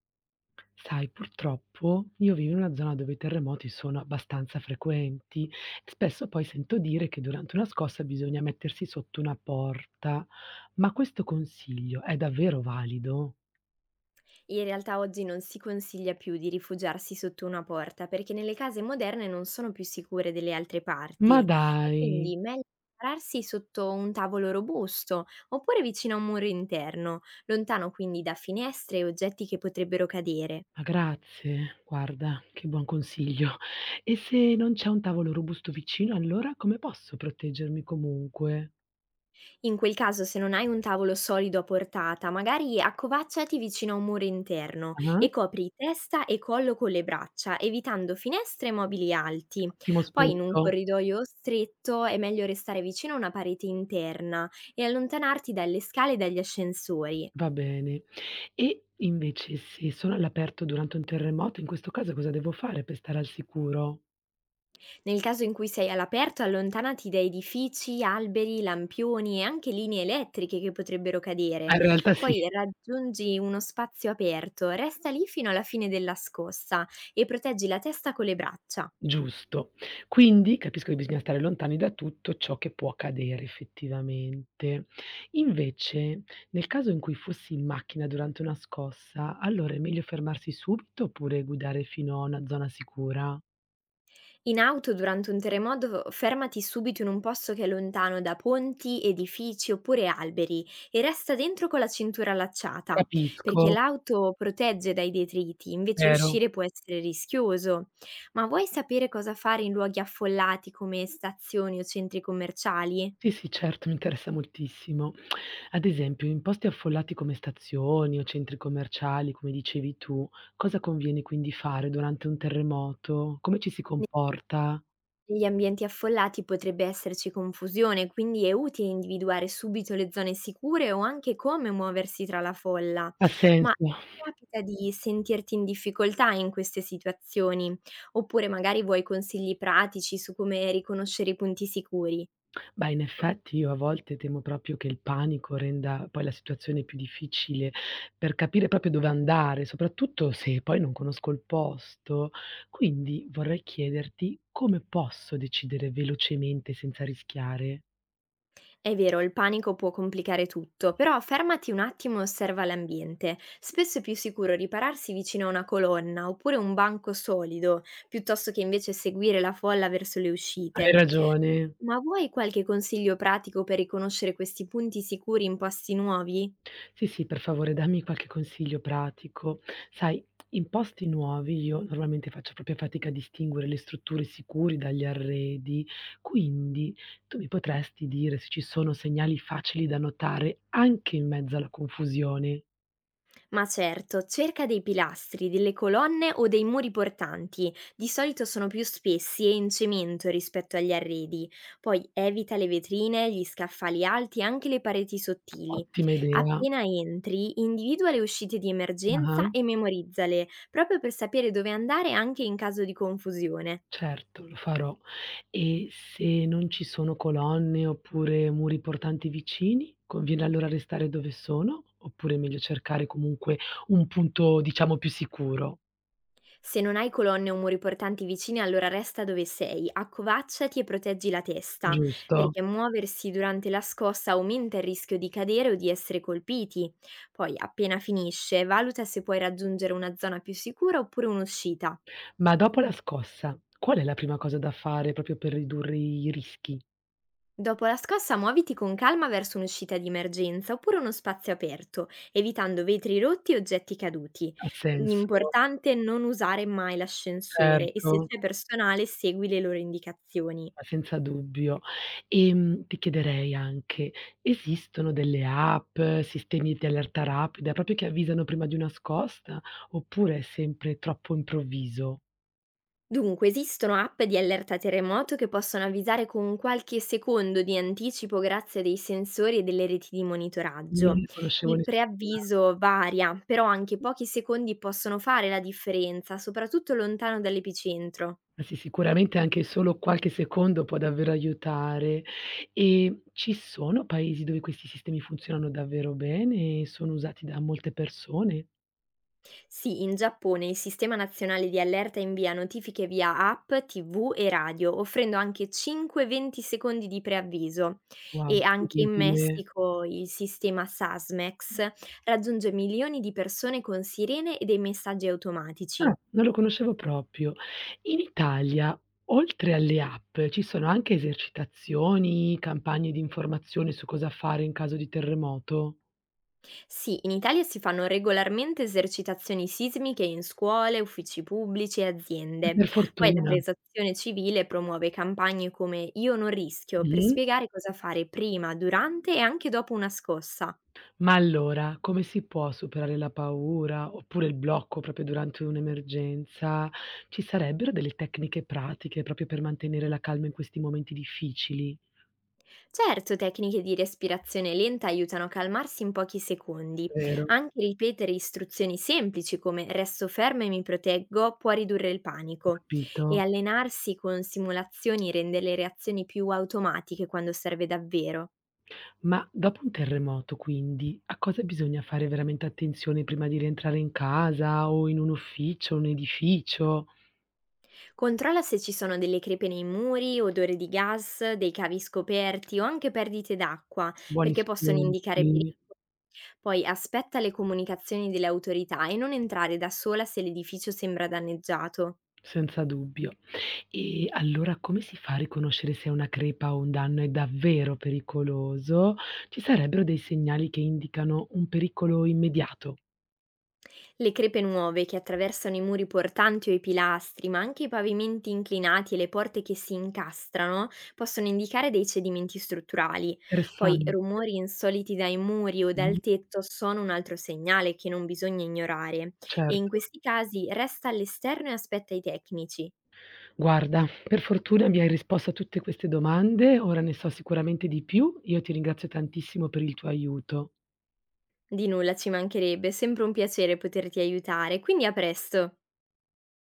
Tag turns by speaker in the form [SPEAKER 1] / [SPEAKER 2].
[SPEAKER 1] Sai, purtroppo io vivo in una zona dove i terremoti sono abbastanza frequenti. Spesso poi sento dire che durante una scossa bisogna mettersi sotto una porta, ma questo consiglio è davvero valido?
[SPEAKER 2] In realtà oggi non si consiglia più di rifugiarsi sotto una porta perché nelle case moderne non sono più sicure delle altre
[SPEAKER 1] Ma
[SPEAKER 2] parti e
[SPEAKER 1] dai,
[SPEAKER 2] quindi meglio prepararsi sotto un tavolo robusto oppure vicino a un muro interno, lontano quindi da finestre e oggetti che potrebbero cadere.
[SPEAKER 1] ma grazie, guarda, che buon consiglio. E se non c'è un tavolo robusto vicino, allora come posso proteggermi comunque?
[SPEAKER 2] In quel caso, se non hai un tavolo solido a portata, magari accovacciati vicino a un muro interno
[SPEAKER 1] Ah,
[SPEAKER 2] e copri testa e collo con le braccia, evitando finestre e mobili alti.
[SPEAKER 1] ottimo
[SPEAKER 2] Poi in un
[SPEAKER 1] spunto.
[SPEAKER 2] corridoio stretto è meglio restare vicino a una parete interna e allontanarti dalle scale e dagli ascensori.
[SPEAKER 1] Va bene. E invece se sono all'aperto durante un terremoto, in questo caso cosa devo fare per stare al sicuro?
[SPEAKER 2] Nel caso in cui sei all'aperto, allontanati da edifici, alberi, lampioni e anche linee elettriche che potrebbero
[SPEAKER 1] Ah,
[SPEAKER 2] cadere.
[SPEAKER 1] in realtà sì,
[SPEAKER 2] Poi raggiungi uno spazio aperto, resta lì fino alla fine della scossa e proteggi la testa con le braccia.
[SPEAKER 1] giusto. Quindi capisco che bisogna stare lontani da tutto ciò che può accadere effettivamente. Invece, nel caso in cui fossi in macchina durante una scossa, allora è meglio fermarsi subito oppure guidare fino a una zona sicura?
[SPEAKER 2] In auto durante un terremoto fermati subito in un posto che è lontano da ponti, edifici oppure alberi e resta dentro con la cintura allacciata, perché
[SPEAKER 1] Capisco,
[SPEAKER 2] l'auto protegge dai detriti, invece
[SPEAKER 1] vero?
[SPEAKER 2] uscire può essere rischioso. Ma vuoi sapere cosa fare in luoghi affollati come stazioni o centri commerciali?
[SPEAKER 1] Sì, sì, certo, mi interessa moltissimo. Ad esempio, in posti affollati come stazioni o centri commerciali, come dicevi tu, cosa conviene quindi fare durante un terremoto? Come ci si comporta?
[SPEAKER 2] Negli ambienti affollati potrebbe esserci confusione, quindi è utile individuare subito le zone sicure o anche come muoversi tra la folla.
[SPEAKER 1] Ha
[SPEAKER 2] Ma
[SPEAKER 1] senso?
[SPEAKER 2] ti capita di sentirti in difficoltà in queste situazioni? Oppure magari vuoi consigli pratici su come riconoscere i punti sicuri?
[SPEAKER 1] Beh, in effetti io a volte temo proprio che il panico renda poi la situazione più difficile per capire proprio dove andare, soprattutto se poi non conosco il posto. Quindi vorrei chiederti come posso decidere velocemente senza rischiare.
[SPEAKER 2] È vero, il panico può complicare tutto, però fermati un attimo e osserva l'ambiente. Spesso è più sicuro ripararsi vicino a una colonna oppure un banco solido, piuttosto che invece seguire la folla verso le
[SPEAKER 1] Hai
[SPEAKER 2] uscite.
[SPEAKER 1] ragione.
[SPEAKER 2] Ma vuoi qualche consiglio pratico per riconoscere questi punti sicuri in posti nuovi?
[SPEAKER 1] Sì, sì, per favore dammi qualche consiglio pratico. Sai, in posti nuovi io normalmente faccio proprio fatica a distinguere le strutture sicure dagli arredi, quindi tu mi potresti dire se ci sono segnali facili da notare anche in mezzo alla confusione?
[SPEAKER 2] Ma certo, cerca dei pilastri, delle colonne o dei muri portanti, di solito sono più spessi e in cemento rispetto agli arredi. Poi evita le vetrine, gli scaffali alti e anche le pareti sottili.
[SPEAKER 1] Ottima idea.
[SPEAKER 2] Appena entri, individua le uscite di
[SPEAKER 1] Ah-ah.
[SPEAKER 2] emergenza e memorizzale, proprio per sapere dove andare anche in caso di confusione.
[SPEAKER 1] Certo, lo farò. E se non ci sono colonne oppure muri portanti vicini, conviene allora restare dove sono? Oppure è meglio cercare comunque un punto, diciamo, più sicuro,
[SPEAKER 2] Se non hai colonne o muri portanti vicini, allora resta dove sei, accovacciati e proteggi la testa,
[SPEAKER 1] giusto?
[SPEAKER 2] perché muoversi durante la scossa aumenta il rischio di cadere o di essere colpiti. Poi, appena finisce, valuta se puoi raggiungere una zona più sicura oppure un'uscita.
[SPEAKER 1] Ma dopo la scossa, qual è la prima cosa da fare proprio per ridurre i rischi?
[SPEAKER 2] Dopo la scossa, muoviti con calma verso un'uscita di emergenza oppure uno spazio aperto, evitando vetri rotti e oggetti caduti.
[SPEAKER 1] Ha senso?
[SPEAKER 2] L'importante è non usare mai l'ascensore e se
[SPEAKER 1] Certo.
[SPEAKER 2] c'è personale, segui le loro indicazioni.
[SPEAKER 1] Ma senza dubbio. Ti chiederei anche: esistono delle app, sistemi di allerta rapida, proprio che avvisano prima di una scossa, oppure è sempre troppo improvviso?
[SPEAKER 2] Dunque, esistono app di allerta terremoto che possono avvisare con qualche secondo di anticipo grazie a dei sensori e delle reti di
[SPEAKER 1] Non
[SPEAKER 2] monitoraggio.
[SPEAKER 1] ne conoscevo
[SPEAKER 2] Il
[SPEAKER 1] nessuna.
[SPEAKER 2] preavviso varia, però anche pochi secondi possono fare la differenza, soprattutto lontano dall'epicentro.
[SPEAKER 1] Ma sì, sicuramente anche solo qualche secondo può davvero aiutare. E ci sono paesi dove questi sistemi funzionano davvero bene e sono usati da molte persone?
[SPEAKER 2] Sì, in Giappone il sistema nazionale di allerta invia notifiche via app, TV e radio, offrendo anche 5-20 secondi di preavviso.
[SPEAKER 1] Wow,
[SPEAKER 2] E anche in
[SPEAKER 1] incredibile.
[SPEAKER 2] Messico il sistema SASMEX raggiunge milioni di persone con sirene e dei messaggi
[SPEAKER 1] Ah,
[SPEAKER 2] automatici.
[SPEAKER 1] non lo conoscevo proprio. In Italia, oltre alle app, ci sono anche esercitazioni, campagne di informazione su cosa fare in caso di terremoto?
[SPEAKER 2] Sì, in Italia si fanno regolarmente esercitazioni sismiche in scuole, uffici pubblici e
[SPEAKER 1] Ah,
[SPEAKER 2] aziende.
[SPEAKER 1] per
[SPEAKER 2] Poi la
[SPEAKER 1] fortuna.
[SPEAKER 2] prestazione civile promuove campagne come Io non rischio per
[SPEAKER 1] Mh-mh.
[SPEAKER 2] spiegare cosa fare prima, durante e anche dopo una scossa.
[SPEAKER 1] Ma allora, come si può superare la paura, oppure il blocco proprio durante un'emergenza? Ci sarebbero delle tecniche pratiche proprio per mantenere la calma in questi momenti difficili?
[SPEAKER 2] Certo, tecniche di respirazione lenta aiutano a calmarsi in pochi secondi.
[SPEAKER 1] Vero,
[SPEAKER 2] Anche ripetere istruzioni semplici come resto fermo e mi proteggo può ridurre il
[SPEAKER 1] ho
[SPEAKER 2] panico. E
[SPEAKER 1] capito.
[SPEAKER 2] allenarsi con simulazioni rende le reazioni più automatiche quando serve davvero.
[SPEAKER 1] Ma dopo un terremoto quindi, a cosa bisogna fare veramente attenzione prima di rientrare in casa o in un ufficio, un edificio?
[SPEAKER 2] Controlla se ci sono delle crepe nei muri, odore di gas, dei cavi scoperti o anche perdite d'acqua,
[SPEAKER 1] Buoni
[SPEAKER 2] perché possono indicare
[SPEAKER 1] spunti,
[SPEAKER 2] pericoli. Poi aspetta le comunicazioni delle autorità e non entrare da sola se l'edificio sembra danneggiato.
[SPEAKER 1] senza dubbio. E allora come si fa a riconoscere se una crepa o un danno è davvero pericoloso? Ci sarebbero dei segnali che indicano un pericolo immediato?
[SPEAKER 2] Le crepe nuove che attraversano i muri portanti o i pilastri, ma anche i pavimenti inclinati e le porte che si incastrano, possono indicare dei cedimenti strutturali. Poi
[SPEAKER 1] Interessante.
[SPEAKER 2] rumori insoliti dai muri o
[SPEAKER 1] Mh,
[SPEAKER 2] dal tetto sono un altro segnale che non bisogna ignorare e in
[SPEAKER 1] certo.
[SPEAKER 2] questi casi resta all'esterno e aspetta i tecnici.
[SPEAKER 1] Guarda, per fortuna mi hai risposto a tutte queste domande, ora ne so sicuramente di più. Io ti ringrazio tantissimo per il tuo aiuto.
[SPEAKER 2] Di nulla ci mancherebbe, è sempre un piacere poterti aiutare, quindi a presto!